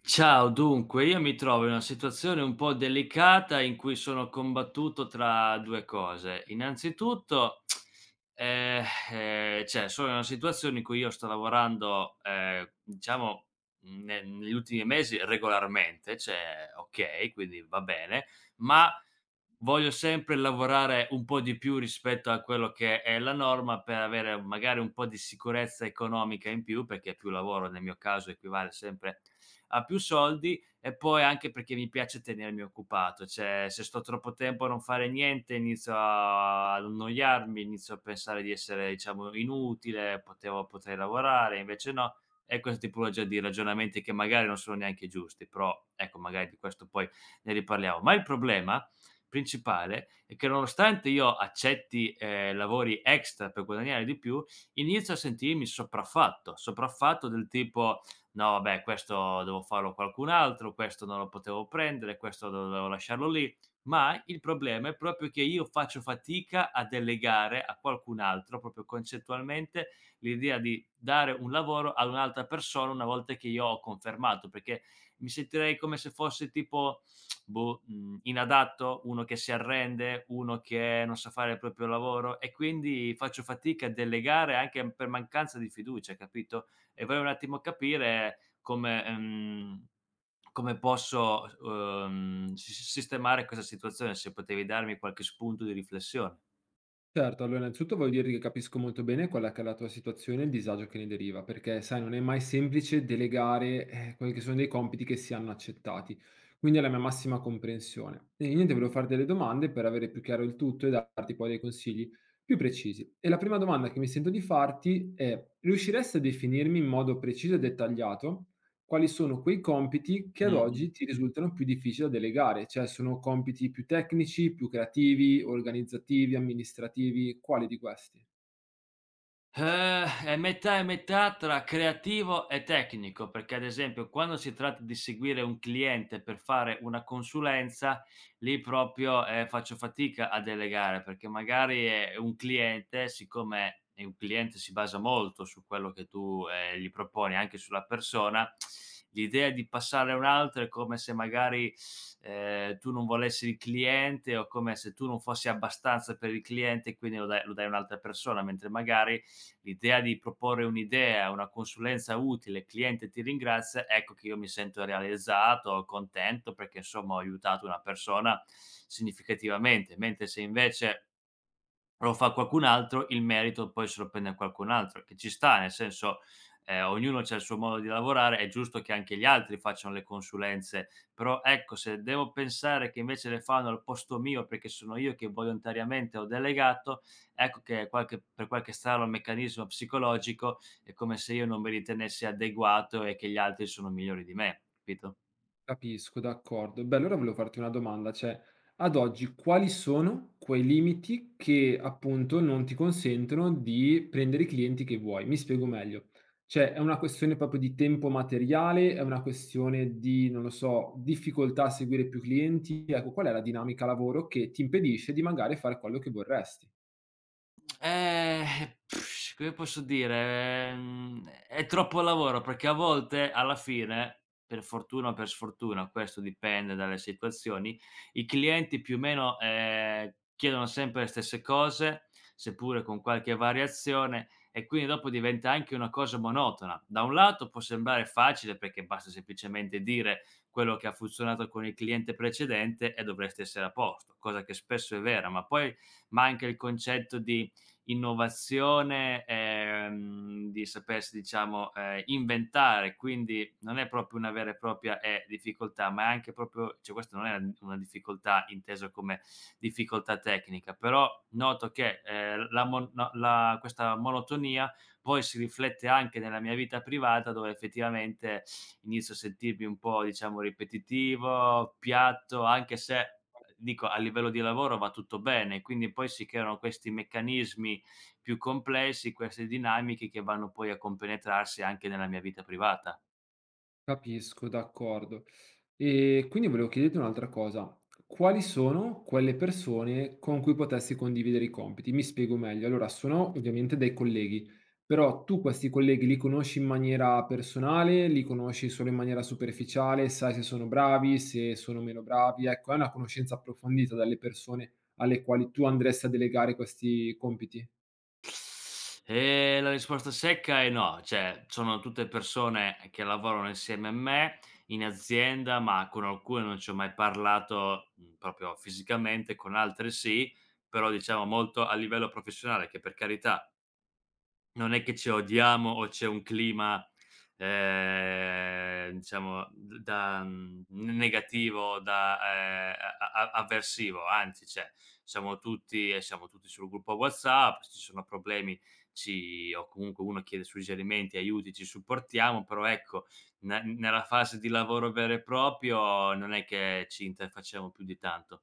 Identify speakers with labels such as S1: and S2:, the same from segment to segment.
S1: Ciao, dunque io mi trovo in una situazione un po' delicata in cui sono combattuto tra 2 cose. Innanzitutto, ehm, sono in una situazione in cui io sto lavorando, diciamo, ne negli ultimi mesi regolarmente, cioè okay, quindi va bene, ma voglio sempre lavorare un po' di più rispetto a quello che è la norma per avere magari un po' di sicurezza economica in più, perché più lavoro nel mio caso equivale sempre a più soldi e poi anche perché mi piace tenermi occupato, cioè se sto troppo tempo a non fare niente inizio a ad annoiarmi, inizio a pensare di essere diciamo inutile, potevo potrei lavorare, invece no. E questa tipologia di ragionamenti che magari non sono neanche giusti, però ecco magari di questo poi ne riparliamo. Ma il problema principale è che nonostante io accetti, lavori extra per guadagnare di più, inizio a sentirmi sopraffatto, sopraffatto del tipo: "No vabbè, questo devo farlo a qualcun altro, questo non lo potevo prendere, questo dovevo lasciarlo lì". Ma il problema è proprio che io faccio fatica a delegare a qualcun altro, proprio concettualmente, l'idea di dare un lavoro ad un'altra persona una volta che io ho confermato, perché mi sentirei come se fossi tipo, boh, inadatto, uno che si arrende, uno che non sa fare il proprio lavoro e quindi faccio fatica a delegare anche per mancanza di fiducia, capito? E vorrei un attimo capire come come posso, sistemare questa situazione, se potevi darmi qualche spunto di riflessione.
S2: Certo, allora innanzitutto voglio dirti che capisco molto bene quella che è la tua situazione e il disagio che ne deriva, perché sai, non è mai semplice delegare quelli che sono dei compiti che si hanno accettati, quindi è la mia massima comprensione. E niente, volevo fare delle domande per avere più chiaro il tutto e darti poi dei consigli più precisi. E la prima domanda che mi sento di farti è, riusciresti a definirmi in modo preciso e dettagliato quali sono quei compiti che ad
S1: Mh.
S2: oggi ti risultano più difficili da delegare? Cioè sono compiti più tecnici, più creativi, organizzativi, amministrativi? Quali di questi?
S1: È metà e metà tra creativo e tecnico, perché ad esempio quando si tratta di seguire un cliente per fare una consulenza, lì proprio, faccio fatica a delegare, perché magari è un cliente, siccome è un cliente si basa molto su quello che tu, gli proponi, anche sulla persona, l'idea di passare a un altro è come se magari, tu non volessi il cliente o come se tu non fossi abbastanza per il cliente e quindi lo dai a un'altra persona, mentre magari l'idea di proporre un'idea, una consulenza utile, il cliente ti ringrazia, ecco che io mi sento realizzato, contento perché insomma ho aiutato una persona significativamente, mentre se invece lo fa qualcun altro, il merito poi se lo prende qualcun altro, che ci sta, nel senso, ognuno c'ha il suo modo di lavorare, è giusto che anche gli altri facciano le consulenze, però ecco, se devo pensare che invece le fanno al posto mio, perché sono io che volontariamente ho delegato, ecco che qualche strano meccanismo psicologico è come se io non mi ritenessi adeguato e che gli altri sono migliori di me, capito?
S2: Capisco, d'accordo. Beh, allora volevo farti una domanda, cioè ad oggi quali sono quei limiti che appunto non ti consentono di prendere i clienti che vuoi? Mi spiego meglio. Cioè è una questione proprio di tempo materiale, è una questione di, non lo so, difficoltà a seguire più clienti? Ecco, qual è la dinamica lavoro che ti impedisce di magari fare quello che vorresti?
S1: Pff, come posso dire, è troppo lavoro perché a volte alla fine, per fortuna o per sfortuna, questo dipende dalle situazioni, i clienti più o meno, chiedono sempre le stesse cose, seppure con qualche variazione e quindi dopo diventa anche una cosa monotona. Da un lato può sembrare facile perché basta semplicemente dire quello che ha funzionato con il cliente precedente e dovreste essere a posto, cosa che spesso è vera, ma poi manca il concetto di innovazione, di sapersi diciamo, inventare, quindi non è proprio una vera e propria, difficoltà, ma è anche proprio cioè questa non è una difficoltà intesa come difficoltà tecnica, però noto che, la mon no la questa monotonia poi si riflette anche nella mia vita privata dove effettivamente inizio a sentirmi un po' diciamo ripetitivo, piatto, anche se dico a livello di lavoro va tutto bene, quindi poi si creano questi meccanismi più complessi, queste dinamiche che vanno poi a compenetrarsi anche nella mia vita privata.
S2: Capisco, d'accordo. E quindi volevo chiederti un'altra cosa. Quali sono quelle persone con cui potessi condividere i compiti? Mi spiego meglio. Allora, sono ovviamente dei colleghi, però tu questi colleghi li conosci in maniera personale, li conosci solo in maniera superficiale, sai se sono bravi, se sono meno bravi. Ecco, è una conoscenza approfondita delle persone alle quali tu andresti a delegare questi compiti.
S1: La risposta secca è no, cioè sono tutte persone che lavorano insieme a me in azienda, ma con alcune non ci ho mai parlato, proprio fisicamente, con altre sì, però diciamo molto a livello professionale, che per carità non è che ci odiamo o c'è un clima, diciamo negativo, da a a avversivo, anzi, cioè siamo tutti sul gruppo WhatsApp, se ci sono problemi ci o comunque uno chiede suggerimenti, aiuti, ci supportiamo, però ecco, ne nella fase di lavoro vero e proprio non è che ci interfacciamo più di tanto.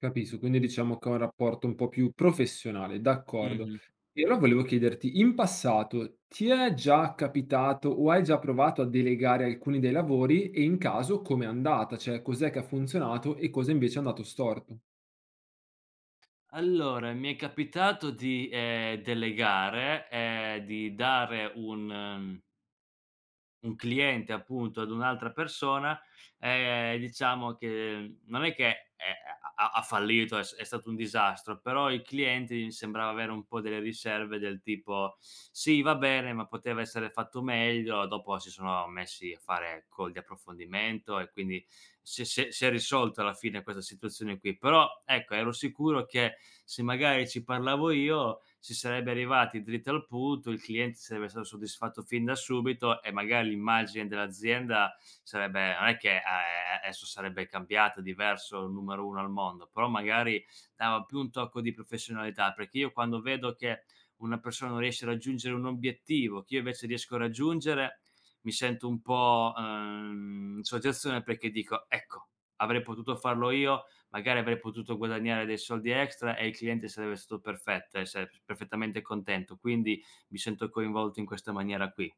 S2: Capisco, quindi diciamo che è un rapporto un po' più professionale, d'accordo. E allora volevo chiederti, in passato ti è già capitato o hai già provato a delegare alcuni dei lavori e in caso com'è andata? Cioè cos'è che ha funzionato e cosa invece è andato storto?
S1: Allora, mi è capitato di delegare, di dare un un cliente appunto ad un'altra persona, diciamo che non è che è ha ha ha fallito, è stato un disastro, però il cliente mi sembrava avere un po' delle riserve del tipo: "Sì, va bene, ma poteva essere fatto meglio." Dopo si sono messi a fare, ecco, di approfondimento e quindi si è risolto alla fine questa situazione qui. Però ecco, ero sicuro che se magari ci parlavo io si sarebbe arrivati dritti al punto, il cliente sarebbe stato soddisfatto fin da subito e magari l'immagine dell'azienda sarebbe non è che, adesso sarebbe cambiata, diverso, il numero 1 al mondo, però magari dava più un tocco di professionalità, perché io quando vedo che una persona non riesce a raggiungere un obiettivo, che io invece riesco a raggiungere, mi sento un po', in soggezione perché dico: "Ecco, avrei potuto farlo io, magari avrei potuto guadagnare dei soldi extra e il cliente sarebbe stato perfetto, e sare perfettamente contento. Quindi mi sento coinvolto in questa maniera qui.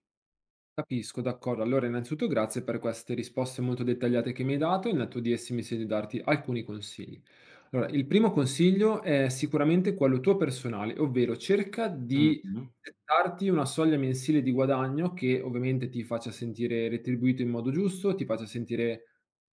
S2: Capisco, d'accordo. Allora, innanzitutto grazie per queste risposte molto dettagliate che mi hai dato e nel tuo di esse mi sento di darti alcuni consigli. Allora, il primo consiglio è sicuramente quello tuo personale, ovvero cerca di
S1: Mh-mh.
S2: settarti una soglia mensile di guadagno che ovviamente ti faccia sentire retribuito in modo giusto, ti faccia sentire,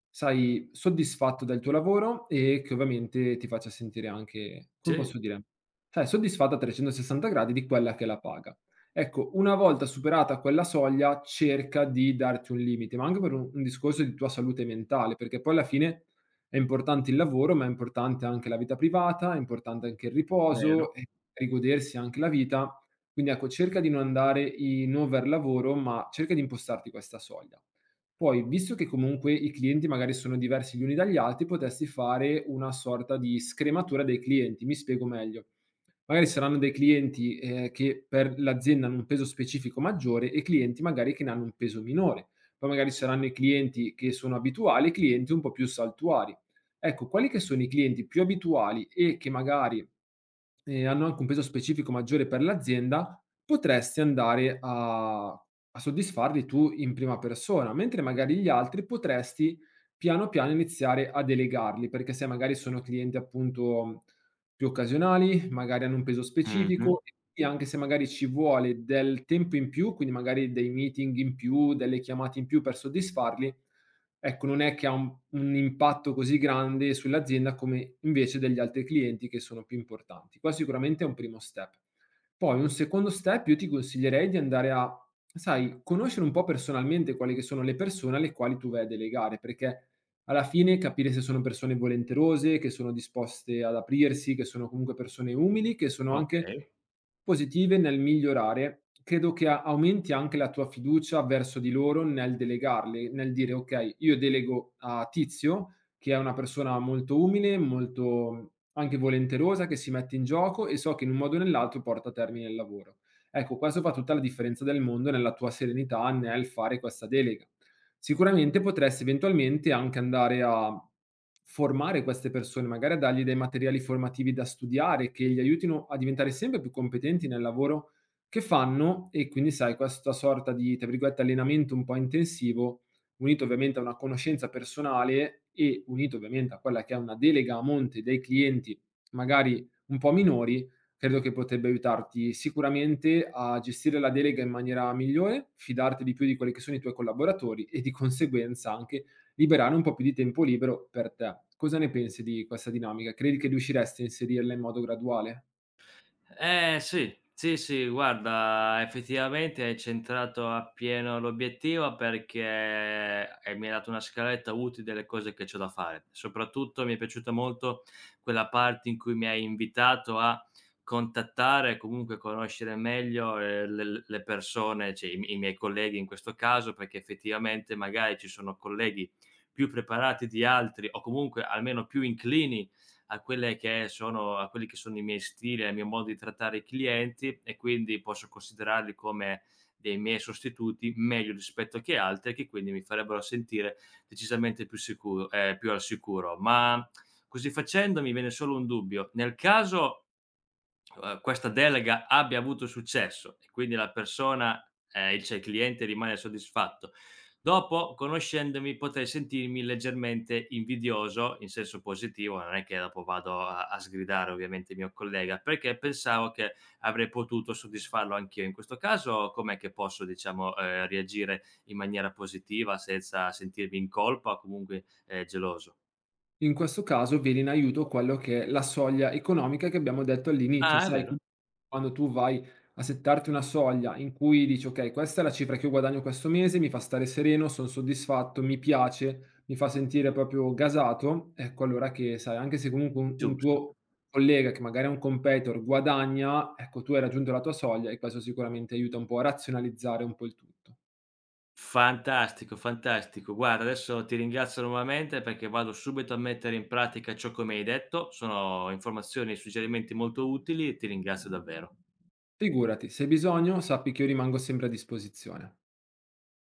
S2: sai, soddisfatto del tuo lavoro e che ovviamente ti faccia sentire anche, come
S1: Sì,
S2: posso dire, sai, soddisfatta a 360 gradi di quella che è la paga. Ecco, una volta superata quella soglia, cerca di darti un limite, ma anche per un discorso di tua salute mentale, perché poi alla fine è importante il lavoro, ma è importante anche la vita privata, è importante anche il
S1: vero.
S2: riposo e rigodersi anche la vita. Quindi ecco, cerca di non andare in overlavoro, ma cerca di impostarti questa soglia. Poi, visto che comunque i clienti magari sono diversi gli uni dagli altri, potresti fare una sorta di scrematura dei clienti. Mi spiego meglio. Magari saranno dei clienti, che per l'azienda hanno un peso specifico maggiore e clienti magari che ne hanno un peso minore. Poi magari ci saranno i clienti che sono abituali e clienti un po' più saltuari. Ecco, quali che sono i clienti più abituali e che magari e hanno anche un peso specifico maggiore per l'azienda, potresti andare a soddisfarli tu in prima persona, mentre magari gli altri potresti piano piano iniziare a delegarli, perché se magari sono clienti appunto più occasionali, magari hanno un peso
S1: Mh-mh.
S2: specifico e quindi anche se magari ci vuole del tempo in più, quindi magari dei meeting in più, delle chiamate in più per soddisfarli, ecco, non è che ha un impatto così grande sull'azienda come invece degli altri clienti che sono più importanti. Qua sicuramente è un primo step. Poi un secondo step, io ti consiglierei di andare a, sai, conoscere un po' personalmente quali che sono le persone alle quali tu vai a delegare, perché alla fine capire se sono persone volenterose, che sono disposte ad aprirsi, che sono comunque persone umili, che sono anche
S1: Okay.
S2: positive nel migliorare. Credo che aumenti anche la tua fiducia verso di loro nel delegarle, nel dire ok, io delego a Tizio, che è una persona molto umile, molto anche volenterosa, che si mette in gioco e so che in un modo o nell'altro porta a termine il lavoro. Ecco, questo fa tutta la differenza del mondo nella tua serenità nel fare questa delega. Sicuramente potresti eventualmente anche andare a formare queste persone, magari a dargli dei materiali formativi da studiare che gli aiutino a diventare sempre più competenti nel lavoro che fanno e quindi sai questa sorta di, tra virgolette, allenamento un po' intensivo, unito ovviamente a una conoscenza personale e unito ovviamente a quella che è una delega a monte dei clienti magari un po' minori credo che potrebbe aiutarti sicuramente a gestire la delega in maniera migliore, fidarti di più di quelli che sono i tuoi collaboratori e di conseguenza anche liberare un po' più di tempo libero per te. Cosa ne pensi di questa dinamica? Credi che riusciresti a inserirla in modo graduale?
S1: Eh sì, sì, sì, guarda effettivamente hai centrato appieno l'obiettivo perché hai mi hai dato una scaletta utile delle cose che c'ho da fare. Soprattutto mi è piaciuta molto quella parte in cui mi hai invitato a contattare e comunque conoscere meglio, le persone, cioè i mi i miei colleghi in questo caso, perché effettivamente magari ci sono colleghi più preparati di altri o comunque almeno più inclini a quelli che sono i miei stili, al mio modo di trattare i clienti e quindi posso considerarli come dei miei sostituti meglio rispetto che altri, che quindi mi farebbero sentire decisamente più sicuro, più al sicuro. Ma così facendo mi viene solo un dubbio: nel caso questa delega abbia avuto successo e quindi la persona, cioè il cliente rimane soddisfatto. Dopo, conoscendomi, potrei sentirmi leggermente invidioso, in senso positivo, non è che dopo vado a sgridare ovviamente il mio collega, perché pensavo che avrei potuto soddisfarlo anch'io. In questo caso com'è che posso, diciamo, reagire in maniera positiva senza sentirmi in colpa o comunque, geloso?
S2: In questo caso viene in aiuto quello che è la soglia economica che abbiamo detto all'inizio,
S1: Ah, è
S2: sai
S1: vero,
S2: quando tu vai a settarti una soglia in cui dici: "Okay, questa è la cifra che io guadagno questo mese, mi fa stare sereno, son soddisfatto, mi piace, mi fa sentire proprio gasato", ecco allora che sai, anche se comunque un
S1: giusto.
S2: tuo collega che magari è un competitor guadagna, ecco tu hai raggiunto la tua soglia e questo sicuramente aiuta un po' a razionalizzare un po' il tutto.
S1: Fantastico, fantastico. Guarda, adesso ti ringrazio nuovamente perché vado subito a mettere in pratica ciò che mi hai detto. Sono informazioni e suggerimenti molto utili e ti ringrazio davvero.
S2: Figurati, se hai bisogno sappi che io rimango sempre a disposizione.